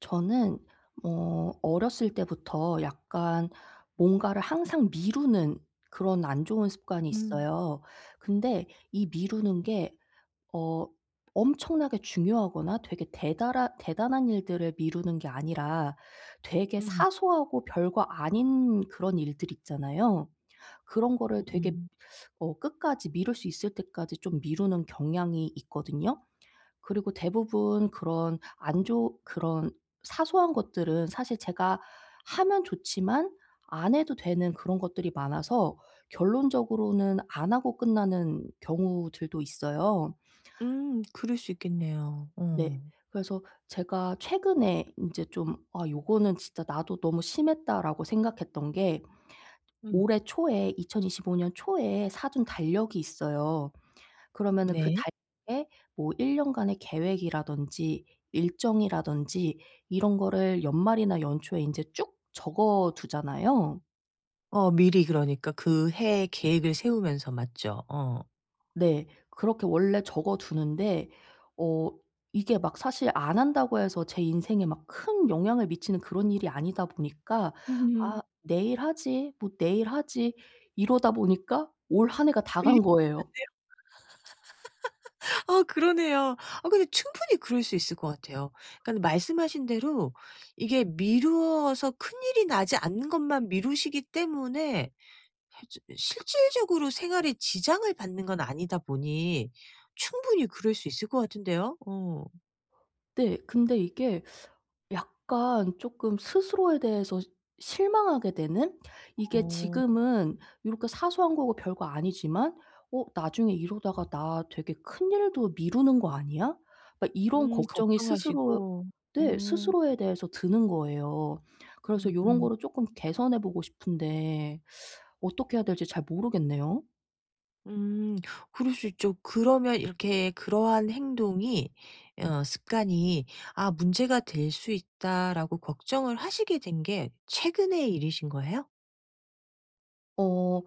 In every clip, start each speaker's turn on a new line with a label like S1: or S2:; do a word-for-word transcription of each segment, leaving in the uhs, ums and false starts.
S1: 저는 어 어렸을 때부터 약간 뭔가를 항상 미루는 그런 안 좋은 습관이
S2: 음.
S1: 있어요. 근데 이 미루는 게 어 엄청나게 중요하거나 되게 대달하 대단한 일들을 미루는 게 아니라 되게
S2: 음.
S1: 사소하고 별거 아닌 그런 일들 있잖아요. 그런 거를 되게
S2: 음.
S1: 어 끝까지 미룰 수 있을 때까지 좀 미루는 경향이 있거든요. 그리고 대부분 그런 안 좋 그런 사소한 것들은 사실 제가 하면 좋지만 안 해도 되는 그런 것들이 많아서 결론적으로는 안 하고 끝나는 경우들도 있어요.
S2: 음 그럴 수 있겠네요.
S1: 네.
S2: 어.
S1: 그래서 제가 최근에 인제 좀 '아 요거는 진짜 나도 너무 심했다.'라고 생각했던 게
S2: 음.
S1: 올해 초에 이천이십오 년 초에 사둔 달력이 있어요. 그러면은 그
S2: 네.
S1: 달에 뭐 일 년간의 계획이라든지 일정이라든지 이런 거를 연말이나 연초에 인제 쭉 적어 두잖아요.
S2: 어 미리 그러니까 그 해 계획을 세우면서 맞죠? 어.
S1: 네. 그렇게 원래 적어 두는데 어 이게 막 사실 안 한다고 해서 제 인생에 막 큰 영향을 미치는 그런 일이 아니다 보니까 '아
S2: 음.
S1: 내일 하지. 뭐 내일 하지.' 이러다 보니까 올 한 해가 다
S2: 일
S1: 간 거예요.
S2: 아 그러네요. 아 근데 충분히 그럴 수 있을 것 같아요. 그러니까 말씀하신 대로 이게 미루어서 큰일이 나지 않는 것만 미루시기 때문에 시- 실질적으로 생활에 지장을 받는 건 아니다 보니 충분히 그럴 수 있을 것 같은데요. 어.
S1: 네. 근데 이게 약간 조금 스스로에 대해서 실망하게 되는? 이게
S2: 어.
S1: 지금은 이렇게 사소한 거고 별거 아니지만 '어 나중에 이러다가 나 되게 큰일도 미루는 거 아니야?' 막 이런
S2: 음
S1: 걱정이 스스로.
S2: 걱정하시고.
S1: 네,
S2: 음.
S1: 스스로에 대해서 드는 거예요.
S2: 음음.
S1: 그래서 요런
S2: 음
S1: 거를 조금 개선해 보고 싶은데 어떻게 해야 될지 잘 모르겠네요.
S2: 음, 그럴 수 있죠. 그러면 이렇게 그러한 행동이 어 습관이 '아 문제가 될 수 있다.'라고 걱정을 하시게 된 게 최근의 일이신 거예요?
S1: 어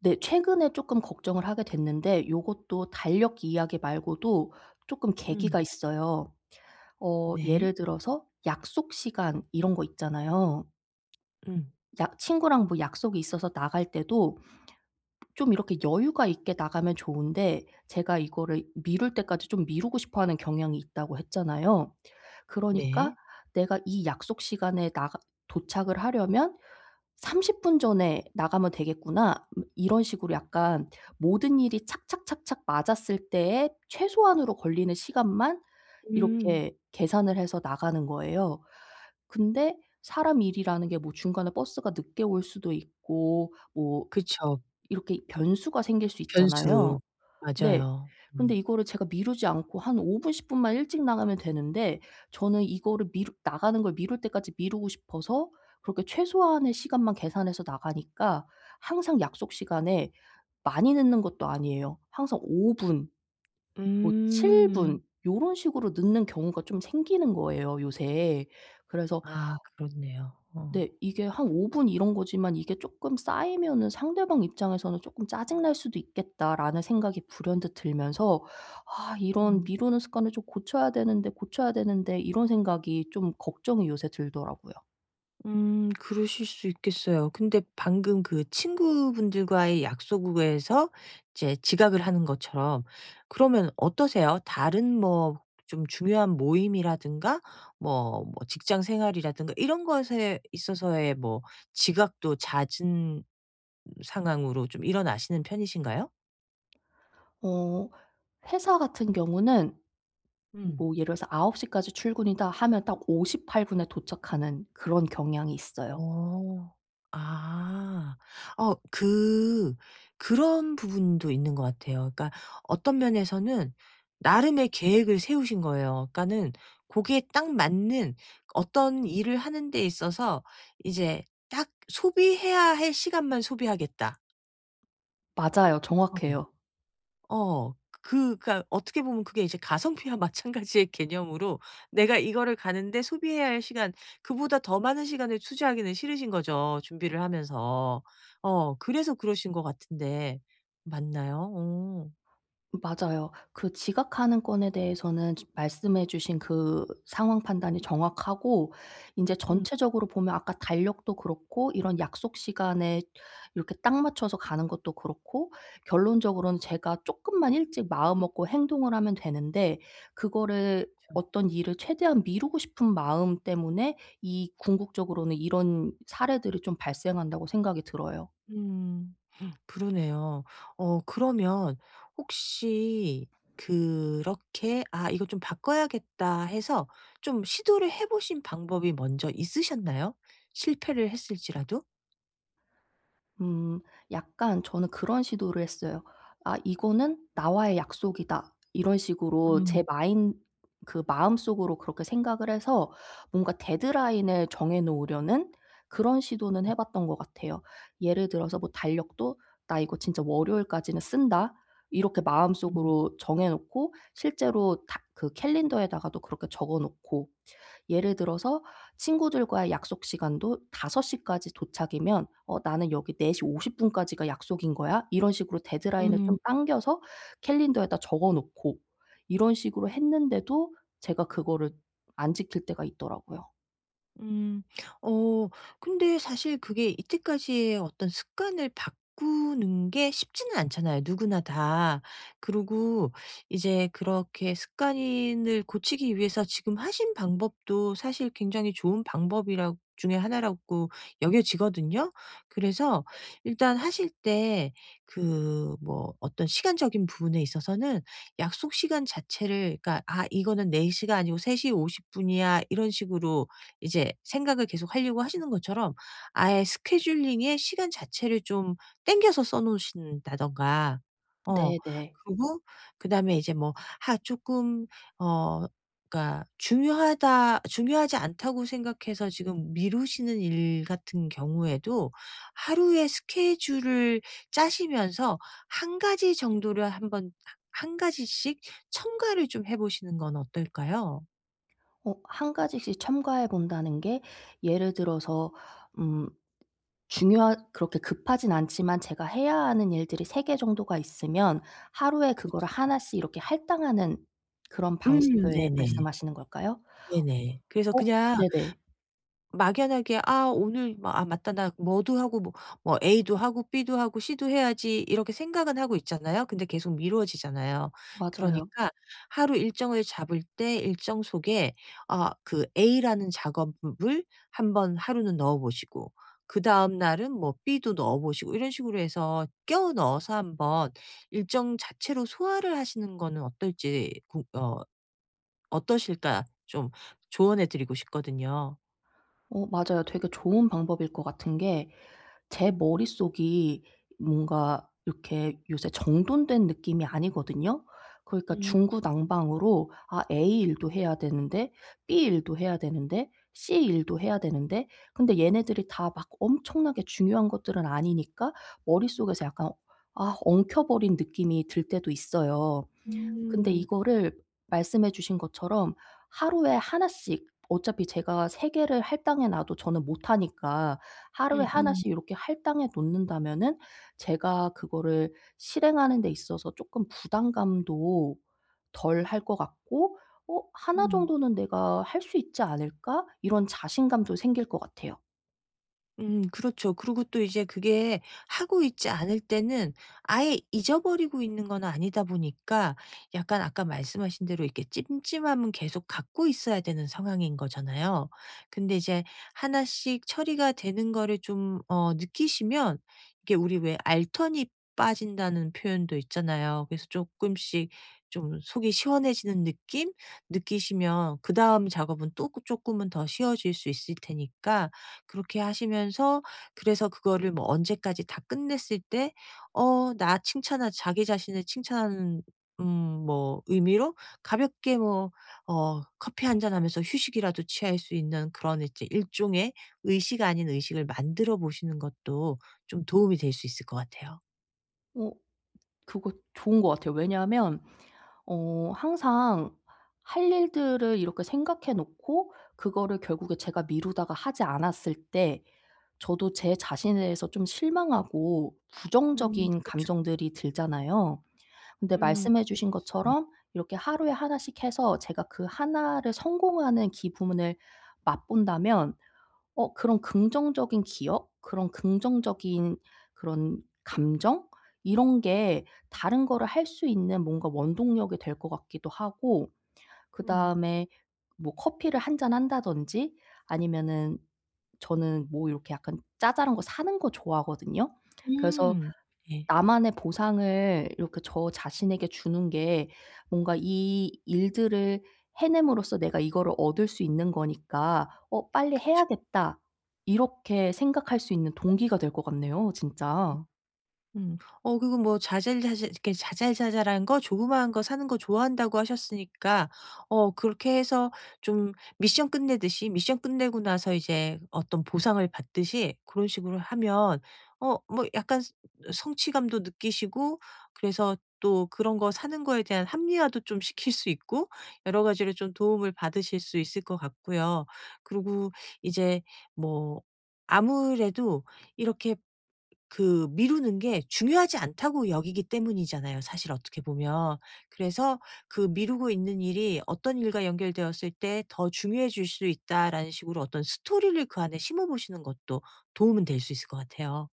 S1: 네. 최근에 쪼끔 걱정을 하게 됐는데 요것도 달력 이야기 말고도 쪼끔
S2: 음.
S1: 계기가 있어요. 어
S2: 네.
S1: 예를 들어서 약속 시간 이런 거 있잖아요.
S2: 음.
S1: 약 친구랑 뭐 약속이 있어서 나갈 때도 좀 이렇게 여유가 있게 나가면 좋은데 제가 이거를 미룰 때까지 좀 미루고 싶어 하는 경향이 있다고 했잖아요. 그러니까
S2: 네.
S1: 내가 이 약속 시간에 나가 도착을 하려면 '삼십 분 전에 나가면 되겠구나.' 음 이런 식으로 약간 모든 일이 착착착착 맞았을 때에 최소한으로 걸리는 시간만
S2: 음.
S1: 이렇게 계산을 해서 나가는 거예요. 근데 사람 일이라는 게 뭐 중간에 버스가 늦게 올 수도 있고 뭐
S2: 그쵸.
S1: 이렇게 변수가 생길 수
S2: 변수.
S1: 있잖아요. 네.
S2: 맞아요.
S1: 근데
S2: 음.
S1: 이거를 제가 미루지 않고 한 오 분 십 분만 일찍 나가면 되는데 저는 이거를 미루 나가는 걸 미룰 때까지 미루고 싶어서 그렇게 최소한의 시간만 계산해서 나가니까 항상 약속 시간에 많이 늦는 것도 아니에요. 항상 오 분 뭐 칠
S2: 음.
S1: 분 요런 식으로 늦는 경우가 좀 생기는 거예요, 요새. 그래서.
S2: 아 그렇네요. 어.
S1: 네. 이게 한 오 분 이런 거지만 이게 쪼끔 쌓이면은 '상대방 입장에서는 쪼끔 짜증 날 수도 있겠다.'라는 생각이 불현듯 들면서 '아 이런
S2: 음.
S1: 미루는 습관을 좀 고쳐야 되는데, 고쳐야 되는데.' 이런 생각이 좀 걱정이 요새 들더라고요.
S2: 음 그러실 수 있겠어요. 근데 방금 그 친구분들과의 약속에서 이제 지각을 하는 것처럼 그러면 어떠세요? 다른 뭐 좀 중요한 모임이라든가 뭐 뭐 직장 생활이라든가 이런 것에 있어서의 뭐 지각도 잦은 상황으로 좀 일어나시는 편이신가요?
S1: 어 회사 같은 경우는
S2: 음.
S1: 뭐 예를 들어서 아홉 시까지 출근이다 하면 딱 오십팔 분에 도착하는 그런 경향이 있어요.
S2: 어. 아. 어 그 그런 부분도 있는 것 같아요. 그러니까 어떤 면에서는 나름의 계획을 세우신 거예요. 그러니까는 고기에 딱 맞는 어떤 일을 하는 데 있어서 이제 딱 '소비해야 할 시간만 소비하겠다.'
S1: 맞아요.
S2: 어.
S1: 정확해요.
S2: 어. 그 그러니까 어떻게 보면 그게 이제 가성비와 마찬가지의 개념으로 내가 이거를 가는데 소비해야 할 시간 그보다 더 많은 시간을 투자하기는 싫으신 거죠, 준비를 하면서. 어 그래서 그러신 것 같은데 맞나요? 어.
S1: 맞아요. 그 지각하는 건에 대해서는 지 말씀해 주신 그 상황 판단이 정확하고 이제
S2: 음.
S1: 전체적으로 보면 아까 달력도 그렇고 이런 약속 시간에 이렇게 딱 맞춰서 가는 것도 그렇고 결론적으로는 제가 조금만 일찍 마음 먹고 행동을 하면 되는데 그거를
S2: 그쵸.
S1: 어떤 일을 최대한 미루고 싶은 마음 때문에 이 궁극적으로는 이런 사례들이 좀 발생한다고 생각이 들어요.
S2: 음. 그러네요. 어 그러면 혹시 그렇게 '아 이거 좀 바꿔야겠다.' 해서 좀 시도를 해 보신 방법이 먼저 있으셨나요? 실패를 했을지라도?
S1: 음 약간 저는 그런 시도를 했어요. '아 이거는 나와의 약속이다.' 이런 식으로
S2: 음.
S1: 제 마인 그 마음속으로 그렇게 생각을 해서 뭔가 데드라인을 정해 놓으려는 그런 시도는 해 봤던 것 같아요. 예를 들어서 뭐 달력도 '나 이거 진짜 월요일까지는 쓴다.' 이렇게
S2: 음.
S1: 마음속으로 정해 놓고 실제로 다 그 캘린더에다가도 그렇게 적어 놓고 예를 들어서 친구들과의 약속 시간도 다섯 시까지 도착이면 "어 나는 여기 네 시 오십 분까지가 약속인 거야." 이런 식으로 데드라인을
S2: 음.
S1: 좀 당겨서 캘린더에다 적어 놓고 이런 식으로 했는데도 제가 그거를 안 지킬 때가 있더라고요.
S2: 음. 어 근데 사실 그게 이때까지의 어떤 습관을 바꾸는 게 쉽지는 않잖아요, 누구나 다. 그리고 이제 그렇게 습관을 고치기 위해서 지금 하신 방법도 사실 굉장히 좋은 방법이라 중에 하나라고 여겨지거든요. 그래서 일단 하실 때 그 뭐 어떤 시간적인 부분에 있어서는 약속 시간 자체를 그러니까 '아 이거는 4 시가 아니고 세 시 50 분이야.' 이런 식으로 이제 생각을 계속 하려고 하시는 것처럼 아예 스케줄링의 시간 자체를 좀 땡겨서 써 놓으신다든가 어
S1: 네네.
S2: 그리고 그다음에 이제 뭐 하 쪼끔 어 그러니까 중요하다 중요하지 않다고 생각해서 지금 미루시는 일 같은 경우에도 하루에 스케줄을 짜시면서 한 가지 정도를 한번 한 가지씩 첨가를 좀 해 보시는 건 어떨까요?
S1: 어 한 가지씩 첨가해 본다는 게 예를 들어서 음 중요하 그렇게 급하진 않지만 제가 해야 하는 일들이 세 개 정도가 있으면 하루에 그거를
S2: 그쵸.
S1: 하나씩 이렇게 할당하는 그런
S2: 음
S1: 방식을
S2: 네네.
S1: 말씀하시는 걸까요?
S2: 네네. 그래서
S1: 어
S2: 그냥
S1: 네네.
S2: 막연하게 '아 오늘 막 아 맞다. 나 뭐도 하고 뭐 뭐 A도 하고 B도 하고 C도 해야지.' 이렇게 생각은 하고 있잖아요. 근데 계속 미루어지잖아요.
S1: 맞아요.
S2: 그러니까 하루 일정을 잡을 때 일정 속에 아 그 A라는 작업을 한번 하루는 넣어 보시고 그다음 날은 뭐 B도 넣어 보시고 이런 식으로 해서 껴 넣어서 한번 일정 자체로 소화를 하시는 거는 어떨지 고어 어떠실까 좀 조언해 드리고 싶거든요.
S1: 어 맞아요. 되게 좋은 방법일 것 같은 게 제 머릿속이 뭔가 이렇게 요새 정돈된 느낌이 아니거든요. 그러니까
S2: 음.
S1: 중구난방으로 '아 A 일도 해야 되는데 B 일도 해야 되는데 C 일도 해야 되는데' 근데 얘네들이 다 막 엄청나게 중요한 것들은 아니니까 머릿속에서 약간 아 엉켜버린 느낌이 들 때도 있어요. 근데
S2: 음.
S1: 이거를 말씀해 주신 것처럼 하루에 하나씩 어차피 제가 세 개를 할당해 놔도 저는 못 하니까 하루에 하나
S2: 음음.
S1: 씩 이렇게 할당해 놓는다면은 제가 그거를 실행하는 데 있어서 쪼끔 부담감도 덜 할 것 같고 '어 나
S2: 음.
S1: 정도는 내가 할 수 있지 않을까?' 이런 자신감도 생길 것 같아요.
S2: 음 그렇죠. 그리고 또 이제 그게 하고 있지 않을 때는 아예 잊어버리고 있는 건 아니다 보니까 약간 아까 말씀하신 대로 이렇게 찜찜함은 계속 갖고 있어야 되는 상황인 거잖아요. 근데 이제 하나씩 처리가 되는 거를 좀 어 느끼시면 이게 우리 왜 알턴이 빠진다는 표현도 있잖아요. 그래서 조금씩 좀 속이 시원해지는 느낌 느끼시면 그다음 작업은 또 조금은 더 쉬워질 수 있을 테니까 그렇게 하시면서 그래서 그거를 뭐 언제까지 다 끝냈을 때 어 나 칭찬하 자기 자신을 칭찬하는 음 뭐 의미로 가볍게 뭐 어 커피 한 잔 하면서 휴식이라도 취할 수 있는 그런 이제 일종의 의식 아닌 의식을 만들어 보시는 것도 좀 도움이 될 수 있을 것 같아요.
S1: 어 그거 좋은 것 같아요. 왜냐하면 어 항상 할 일들을 이렇게 생각해 놓고 그거를 결국에 제가 미루다가 하지 않았을 때 저도 제 자신에 대해서 좀 실망하고
S2: 음
S1: 부정적인
S2: 그렇죠.
S1: 감정들이 들잖아요. 근데
S2: 음
S1: 말씀해
S2: 그럴
S1: 주신
S2: 수 있어요.
S1: 것처럼 이렇게 하루에 하나씩 해서 제가 그 하나를 성공하는 기분을 맛본다면 어 그런 긍정적인 기억, 그런 긍정적인 그런 감정 이런 게 다른 거를 할 수 있는 뭔가 원동력이 될 것 같기도 하고
S2: 음.
S1: 그다음에 뭐 커피를 한 잔 한다든지 아니면은 저는 뭐 이렇게 약간 짜잘한 거 사는 거 좋아하거든요. 그래서
S2: 음. 네.
S1: 나만의 보상을 이렇게 저 자신에게 주는 게 뭔가 이 일들을 해냄으로써 '내가 이거를 얻을 수 있는 거니까 어 빨리 해야겠다.' 이렇게 생각할 수 있는 동기가 될 것 같네요, 진짜.
S2: 음. 어 그리고 뭐 자잘자잘 이렇게 자잘자잘한 거 조그마한 거 사는 거 좋아한다고 하셨으니까 어 그렇게 해서 좀 미션 끝내듯이 미션 끝내고 나서 이제 어떤 보상을 받듯이 그런 식으로 하면 어 뭐 약간 스 성취감도 느끼시고 그래서 또 그런 거 사는 거에 대한 합리화도 좀 시킬 수 있고 여러 가지로 좀 도움을 받으실 수 있을 것 같고요. 그리고 이제 뭐 아무래도 이렇게 그 미루는 게 중요하지 않다고 여기기 때문이잖아요, 사실 어떻게 보면. 그래서 그 미루고 있는 일이 어떤 일과 연결되었을 때 더 중요해질 수 있다라는 식으로 어떤 스토리를 그 안에 심어 보시는 것도 도움은 될 수 있을 것 같아요.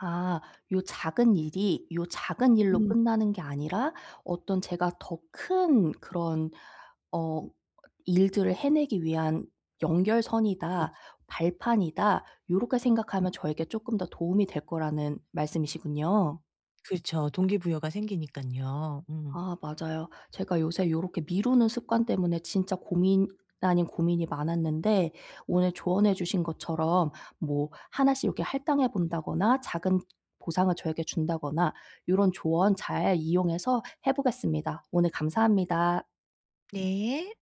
S1: 아, 요 작은 일이 요 작은 일로
S2: 음.
S1: 끝나는 게 아니라 어떤 제가 더 큰 그런 어 일들을 해내기 위한 '연결선이다.
S2: 그렇죠.
S1: 발판이다.' 요렇게 생각하면 저에게 쪼끔 더 도움이 될 거라는 말씀이시군요.
S2: 그렇죠. 동기부여가 생기니깐요. 음.
S1: 아, 맞아요. 제가 요새 요렇게 미루는 습관 때문에 진짜 고민 아닌 고민이 많았는데 오늘 조언해 주신 것처럼 뭐 하나씩 이렇게 할당해 본다거나 작은 보상을 저에게 준다거나 요런 조언 잘 이용해서 해 보겠습니다. 오늘 감사합니다.
S2: 네.